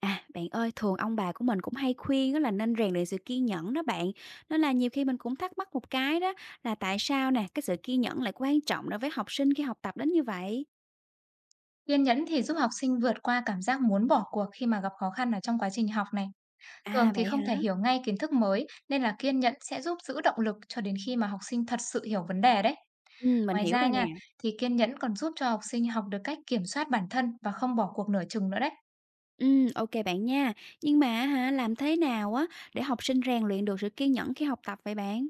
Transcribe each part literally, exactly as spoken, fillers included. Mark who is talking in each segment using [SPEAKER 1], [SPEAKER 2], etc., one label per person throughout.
[SPEAKER 1] À, bạn ơi, thường ông bà của mình cũng hay khuyên đó là nên rèn luyện sự kiên nhẫn đó bạn. Nên là nhiều khi mình cũng thắc mắc một cái đó là tại sao nè, cái sự kiên nhẫn lại quan trọng đối với học sinh khi học tập đến như vậy?
[SPEAKER 2] Kiên nhẫn thì giúp học sinh vượt qua cảm giác muốn bỏ cuộc khi mà gặp khó khăn ở trong quá trình học này. Thường
[SPEAKER 1] À
[SPEAKER 2] thì
[SPEAKER 1] vậy
[SPEAKER 2] không thể
[SPEAKER 1] hả?
[SPEAKER 2] hiểu ngay kiến thức mới nên là kiên nhẫn sẽ giúp giữ động lực cho đến khi mà học sinh thật sự hiểu vấn đề đấy.
[SPEAKER 1] Ừ, mình
[SPEAKER 2] Ngoài
[SPEAKER 1] hiểu
[SPEAKER 2] ra
[SPEAKER 1] rồi nè.
[SPEAKER 2] nha, thì kiên nhẫn còn giúp cho học sinh học được cách kiểm soát bản thân và không bỏ cuộc nửa chừng nữa đấy.
[SPEAKER 1] Ừ, ok bạn nha. Nhưng mà hả, làm thế nào á để học sinh rèn luyện được sự kiên nhẫn khi học tập vậy bạn?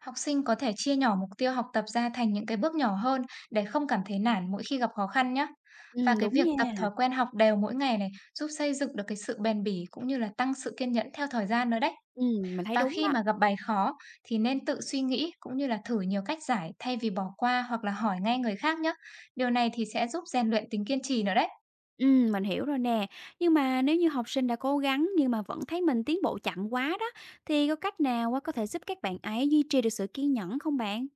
[SPEAKER 2] Học sinh có thể chia nhỏ mục tiêu học tập ra thành những cái bước nhỏ hơn để không cảm thấy nản mỗi khi gặp khó khăn nhé.
[SPEAKER 1] Ừ,
[SPEAKER 2] Và cái
[SPEAKER 1] đúng
[SPEAKER 2] việc tập
[SPEAKER 1] nha.
[SPEAKER 2] thói quen học đều mỗi ngày này giúp xây dựng được cái sự bền bỉ cũng như là tăng sự kiên nhẫn theo thời gian nữa đấy.
[SPEAKER 1] Ừ, mình thấy
[SPEAKER 2] Và
[SPEAKER 1] đúng
[SPEAKER 2] khi
[SPEAKER 1] đó.
[SPEAKER 2] mà gặp bài khó thì nên tự suy nghĩ cũng như là thử nhiều cách giải thay vì bỏ qua hoặc là hỏi ngay người khác nhé. Điều này thì sẽ giúp rèn luyện tính kiên trì nữa đấy.
[SPEAKER 1] Ừm, mình hiểu rồi nè. Nhưng mà nếu như học sinh đã cố gắng nhưng mà vẫn thấy mình tiến bộ chậm quá đó, thì có cách nào á có thể giúp các bạn ấy duy trì được sự kiên nhẫn không bạn?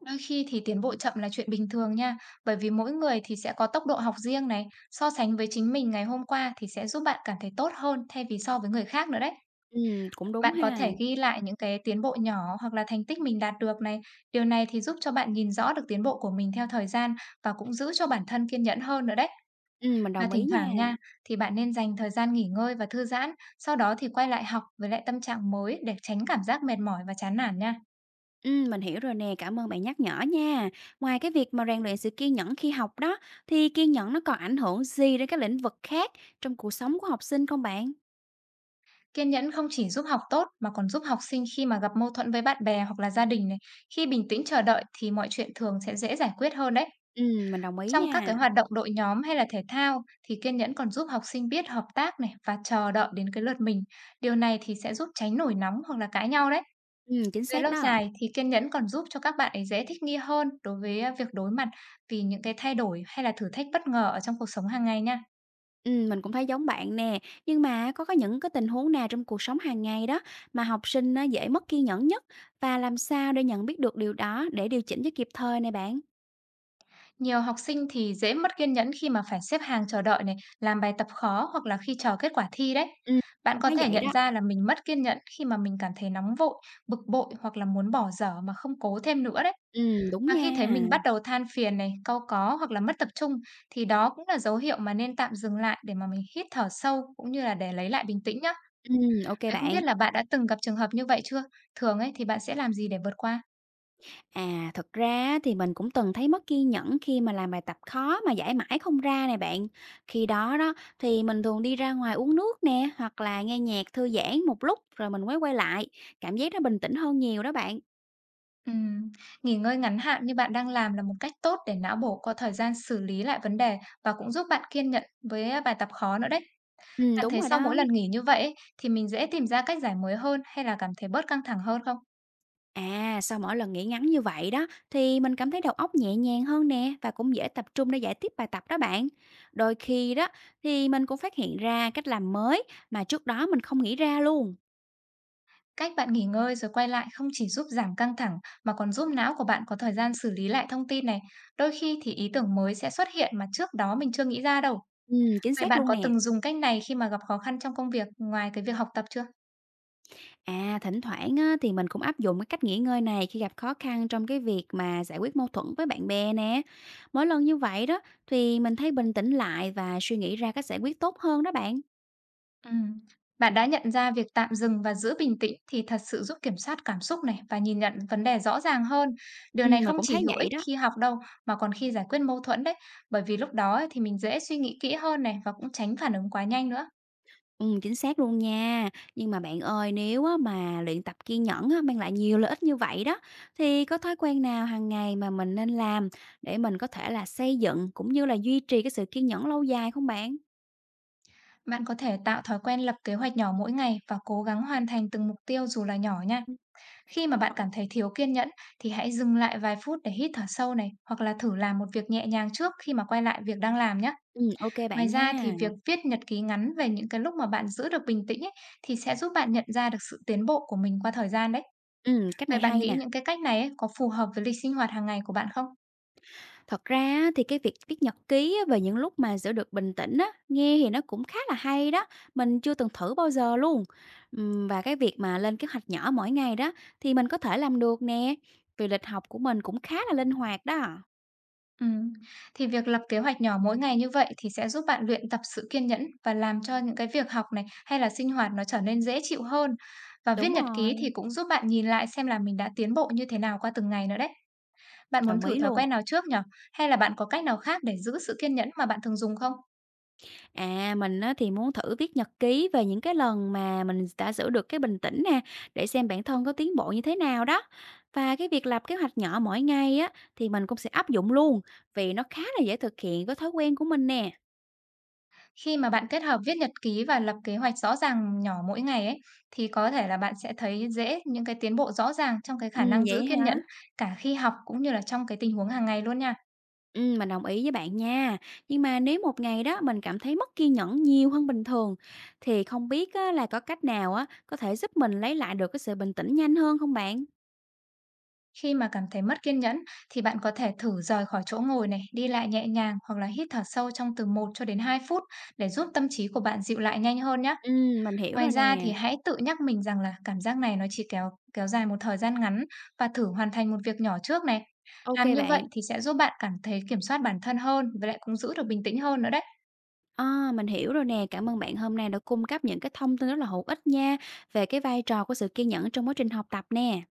[SPEAKER 2] Đôi khi thì tiến bộ chậm là chuyện bình thường nha, bởi vì mỗi người thì sẽ có tốc độ học riêng này, so sánh với chính mình ngày hôm qua thì sẽ giúp bạn cảm thấy tốt hơn thay vì so với người khác nữa đấy.
[SPEAKER 1] Ừm, cũng đúng
[SPEAKER 2] Bạn có
[SPEAKER 1] ha.
[SPEAKER 2] thể ghi lại những cái tiến bộ nhỏ hoặc là thành tích mình đạt được này. Điều này thì giúp cho bạn nhìn rõ được tiến bộ của mình theo thời gian và cũng giữ cho bản thân kiên nhẫn hơn nữa đấy.
[SPEAKER 1] Ừm, mình
[SPEAKER 2] Và
[SPEAKER 1] đồng ý
[SPEAKER 2] thỉnh
[SPEAKER 1] nha.
[SPEAKER 2] thoảng nha, thì bạn nên dành thời gian nghỉ ngơi và thư giãn, sau đó thì quay lại học với lại tâm trạng mới để tránh cảm giác mệt mỏi và chán nản nha.
[SPEAKER 1] Ừm, mình hiểu rồi nè, cảm ơn bạn nhắc nhở nha. Ngoài cái việc mà rèn luyện sự kiên nhẫn khi học đó, thì kiên nhẫn nó còn ảnh hưởng gì đến các lĩnh vực khác trong cuộc sống của học sinh không bạn?
[SPEAKER 2] Kiên nhẫn không chỉ giúp học tốt mà còn giúp học sinh khi mà gặp mâu thuẫn với bạn bè hoặc là gia đình này. Khi bình tĩnh chờ đợi thì mọi chuyện thường sẽ dễ giải quyết hơn đấy.
[SPEAKER 1] Ừm, mình đồng ý
[SPEAKER 2] Trong các cái
[SPEAKER 1] nha.
[SPEAKER 2] hoạt động đội nhóm hay là thể thao thì kiên nhẫn còn giúp học sinh biết hợp tác này và chờ đợi đến cái lượt mình. Điều này thì sẽ giúp tránh nổi nóng hoặc là cãi nhau đấy.
[SPEAKER 1] Ừm, chính
[SPEAKER 2] Về
[SPEAKER 1] xác
[SPEAKER 2] lâu
[SPEAKER 1] đó.
[SPEAKER 2] dài thì kiên nhẫn còn giúp cho các bạn ấy dễ thích nghi hơn đối với, a, việc đối mặt vì những cái thay đổi hay là thử thách bất ngờ ở trong cuộc sống hàng ngày nha.
[SPEAKER 1] Ừm, mình cũng thấy giống bạn nè, nhưng mà có có những cái tình huống nào trong cuộc sống hàng ngày đó mà học sinh nó dễ mất kiên nhẫn nhất và làm sao để nhận biết được điều đó để điều chỉnh cho kịp thời nè bạn?
[SPEAKER 2] Nhiều học sinh thì dễ mất kiên nhẫn khi mà phải xếp hàng chờ đợi này, làm bài tập khó hoặc là khi chờ kết quả thi đấy.
[SPEAKER 1] Ừm.
[SPEAKER 2] Bạn
[SPEAKER 1] Cũng
[SPEAKER 2] có
[SPEAKER 1] thấy
[SPEAKER 2] thể
[SPEAKER 1] vậy
[SPEAKER 2] nhận
[SPEAKER 1] đó.
[SPEAKER 2] ra là mình mất kiên nhẫn khi mà mình cảm thấy nóng vội, bực bội hoặc là muốn bỏ dở mà không cố thêm nữa đấy.
[SPEAKER 1] Ừm, đúng
[SPEAKER 2] Và khi thấy
[SPEAKER 1] nha.
[SPEAKER 2] mình bắt đầu than phiền này, cau có hoặc là mất tập trung thì đó cũng là dấu hiệu mà nên tạm dừng lại để mà mình hít thở sâu cũng như là để lấy lại bình tĩnh nhá.
[SPEAKER 1] Ừm, ok
[SPEAKER 2] Vậy không biết
[SPEAKER 1] bạn.
[SPEAKER 2] là bạn đã từng gặp trường hợp như vậy chưa? Thường ấy thì bạn sẽ làm gì để vượt qua?
[SPEAKER 1] À, thật ra thì mình cũng từng thấy mất kiên nhẫn khi mà làm bài tập khó mà giải mãi không ra này bạn. Khi đó đó thì mình thường đi ra ngoài uống nước nè, hoặc là nghe nhạc thư giãn một lúc rồi mình mới quay lại, cảm giác nó bình tĩnh hơn nhiều đó bạn.
[SPEAKER 2] Ừm, nghỉ ngơi ngắn hạn như bạn đang làm là một cách tốt để não bộ có thời gian xử lý lại vấn đề và cũng giúp bạn kiên nhẫn với à, bài tập khó nữa đấy.
[SPEAKER 1] Ừm,
[SPEAKER 2] Bạn
[SPEAKER 1] đúng
[SPEAKER 2] thấy
[SPEAKER 1] rồi
[SPEAKER 2] sau mỗi
[SPEAKER 1] đó.
[SPEAKER 2] lần nghỉ như vậy ấy, thì mình dễ tìm ra cách giải mới hơn hay là cảm thấy bớt căng thẳng hơn không?
[SPEAKER 1] À, sau mỗi lần nghỉ ngắn như vậy đó thì mình cảm thấy đầu óc nhẹ nhàng hơn nè và cũng dễ tập trung để giải tiếp bài tập đó bạn. Đôi khi đó thì mình cũng phát hiện ra cách làm mới mà trước đó mình không nghĩ ra luôn.
[SPEAKER 2] Cách bạn nghỉ ngơi rồi quay lại không chỉ giúp giảm căng thẳng mà còn giúp não của bạn có thời gian xử lý lại thông tin này. Đôi khi thì ý tưởng mới sẽ xuất hiện mà trước đó mình chưa nghĩ ra đâu.
[SPEAKER 1] Ừ, chính
[SPEAKER 2] Vậy
[SPEAKER 1] xác
[SPEAKER 2] bạn
[SPEAKER 1] luôn
[SPEAKER 2] có
[SPEAKER 1] nè.
[SPEAKER 2] từng dùng cách này khi mà gặp khó khăn trong công việc ngoài cái việc học tập chưa?
[SPEAKER 1] À, thỉnh thoảng á, thì mình cũng áp dụng cái cách nghỉ ngơi này khi gặp khó khăn trong cái việc mà giải quyết mâu thuẫn với bạn bè nè. Mỗi lần như vậy đó thì mình thấy bình tĩnh lại và suy nghĩ ra cách giải quyết tốt hơn đó bạn.
[SPEAKER 2] Ừm. Bạn đã nhận ra việc tạm dừng và giữ bình tĩnh thì thật sự giúp kiểm soát cảm xúc này và nhìn nhận vấn đề rõ ràng hơn. Điều
[SPEAKER 1] Ừ,
[SPEAKER 2] này
[SPEAKER 1] mình
[SPEAKER 2] không
[SPEAKER 1] cũng thấy
[SPEAKER 2] chỉ hữu
[SPEAKER 1] vậy
[SPEAKER 2] ích
[SPEAKER 1] đó.
[SPEAKER 2] khi học đâu mà còn khi giải quyết mâu thuẫn đấy, bởi vì lúc đó ấy thì mình dễ suy nghĩ kỹ hơn này và cũng tránh phản ứng quá nhanh nữa.
[SPEAKER 1] Ừm, chính xác luôn nha. Nhưng mà bạn ơi, nếu á mà luyện tập kiên nhẫn á mang lại nhiều lợi ích như vậy đó, thì có thói quen nào hàng ngày mà mình nên làm để mình có thể là xây dựng cũng như là duy trì cái sự kiên nhẫn lâu dài không bạn?
[SPEAKER 2] Bạn có thể tạo thói quen lập kế hoạch nhỏ mỗi ngày và cố gắng hoàn thành từng mục tiêu dù là nhỏ nha.
[SPEAKER 1] Ừm, mình
[SPEAKER 2] Khi
[SPEAKER 1] nhớ
[SPEAKER 2] mà bạn
[SPEAKER 1] rồi.
[SPEAKER 2] cảm thấy thiếu kiên nhẫn thì hãy dừng lại vài phút để hít thở sâu này, hoặc là thử làm một việc nhẹ nhàng trước khi mà quay lại việc đang làm nhé.
[SPEAKER 1] Ừm, ô
[SPEAKER 2] Ngoài
[SPEAKER 1] bạn
[SPEAKER 2] ra thì
[SPEAKER 1] nha.
[SPEAKER 2] việc viết nhật ký ngắn về những cái lúc mà bạn giữ được bình tĩnh ấy, thì sẽ giúp bạn nhận ra được sự tiến bộ của mình qua thời gian đấy.
[SPEAKER 1] Ừm, cách này
[SPEAKER 2] Vậy bạn
[SPEAKER 1] hay
[SPEAKER 2] nghĩ
[SPEAKER 1] nè.
[SPEAKER 2] những cái cách này ấy, có phù hợp với lịch sinh hoạt hàng ngày của bạn không?
[SPEAKER 1] Thật ra á, thì cái việc viết nhật ký á, về những lúc mà giữ được bình tĩnh á, nghe thì nó cũng khá là hay đó, mình chưa từng thử bao giờ luôn. Ừm, và cái việc mà lên kế hoạch nhỏ mỗi ngày đó thì mình có thể làm được nè, vì lịch học của mình cũng khá là linh hoạt đó.
[SPEAKER 2] Ừm, thì việc lập kế hoạch nhỏ mỗi ngày như vậy thì sẽ giúp bạn luyện tập sự kiên nhẫn và làm cho những cái việc học này hay là sinh hoạt nó trở nên dễ chịu hơn. Và viết
[SPEAKER 1] Đúng
[SPEAKER 2] nhật
[SPEAKER 1] rồi,
[SPEAKER 2] ký thì cũng giúp bạn nhìn lại xem là mình đã tiến bộ như thế nào qua từng ngày nữa đấy. Bạn muốn
[SPEAKER 1] đồng
[SPEAKER 2] thử
[SPEAKER 1] ý
[SPEAKER 2] thói
[SPEAKER 1] luôn.
[SPEAKER 2] quen nào trước nhở? Hay là bạn có cách nào khác để giữ sự kiên nhẫn mà bạn thường dùng không?
[SPEAKER 1] À, mình á thì muốn thử viết nhật ký về những cái lần mà mình đã giữ được cái bình tĩnh nè, để xem bản thân có tiến bộ như thế nào đó. Và cái việc lập kế hoạch nhỏ mỗi ngày á, thì mình cũng sẽ áp dụng luôn, vì nó khá là dễ thực hiện với thói quen của mình nè.
[SPEAKER 2] Khi mà bạn kết hợp viết nhật ký và lập kế hoạch rõ ràng nhỏ mỗi ngày ấy thì có thể là bạn sẽ thấy dễ những cái tiến bộ rõ ràng trong cái
[SPEAKER 1] Ừ,
[SPEAKER 2] khả năng giữ
[SPEAKER 1] vậy
[SPEAKER 2] kiên
[SPEAKER 1] hả?
[SPEAKER 2] nhẫn cả khi học cũng như là trong cái tình huống hàng ngày luôn nha.
[SPEAKER 1] Ừ, mình đồng ý với bạn nha. Nhưng mà nếu một ngày đó mình cảm thấy mất kiên nhẫn nhiều hơn bình thường, thì không biết á, là có cách nào á, có thể giúp mình lấy lại được cái sự bình tĩnh nhanh hơn không bạn?
[SPEAKER 2] Khi mà cảm thấy mất kiên nhẫn thì bạn có thể thử rời khỏi chỗ ngồi này, đi lại nhẹ nhàng hoặc là hít thở sâu trong từ một cho đến hai phút để giúp tâm trí của bạn dịu lại nhanh hơn nhé.
[SPEAKER 1] Ừ, mình hiểu
[SPEAKER 2] Ngoài
[SPEAKER 1] rồi
[SPEAKER 2] ra thì
[SPEAKER 1] nè.
[SPEAKER 2] hãy tự nhắc mình rằng là cảm giác này nó chỉ kéo kéo dài một thời gian ngắn và thử hoàn thành một việc nhỏ trước này.
[SPEAKER 1] Ok
[SPEAKER 2] Làm như vậy
[SPEAKER 1] bạn.
[SPEAKER 2] thì sẽ giúp bạn cảm thấy kiểm soát bản thân hơn và lại cũng giữ được bình tĩnh hơn nữa đấy.
[SPEAKER 1] À, mình hiểu rồi nè, cảm ơn bạn hôm nay đã cung cấp những cái thông tin rất là hữu ích nha về cái vai trò của sự kiên nhẫn trong quá trình học tập nè.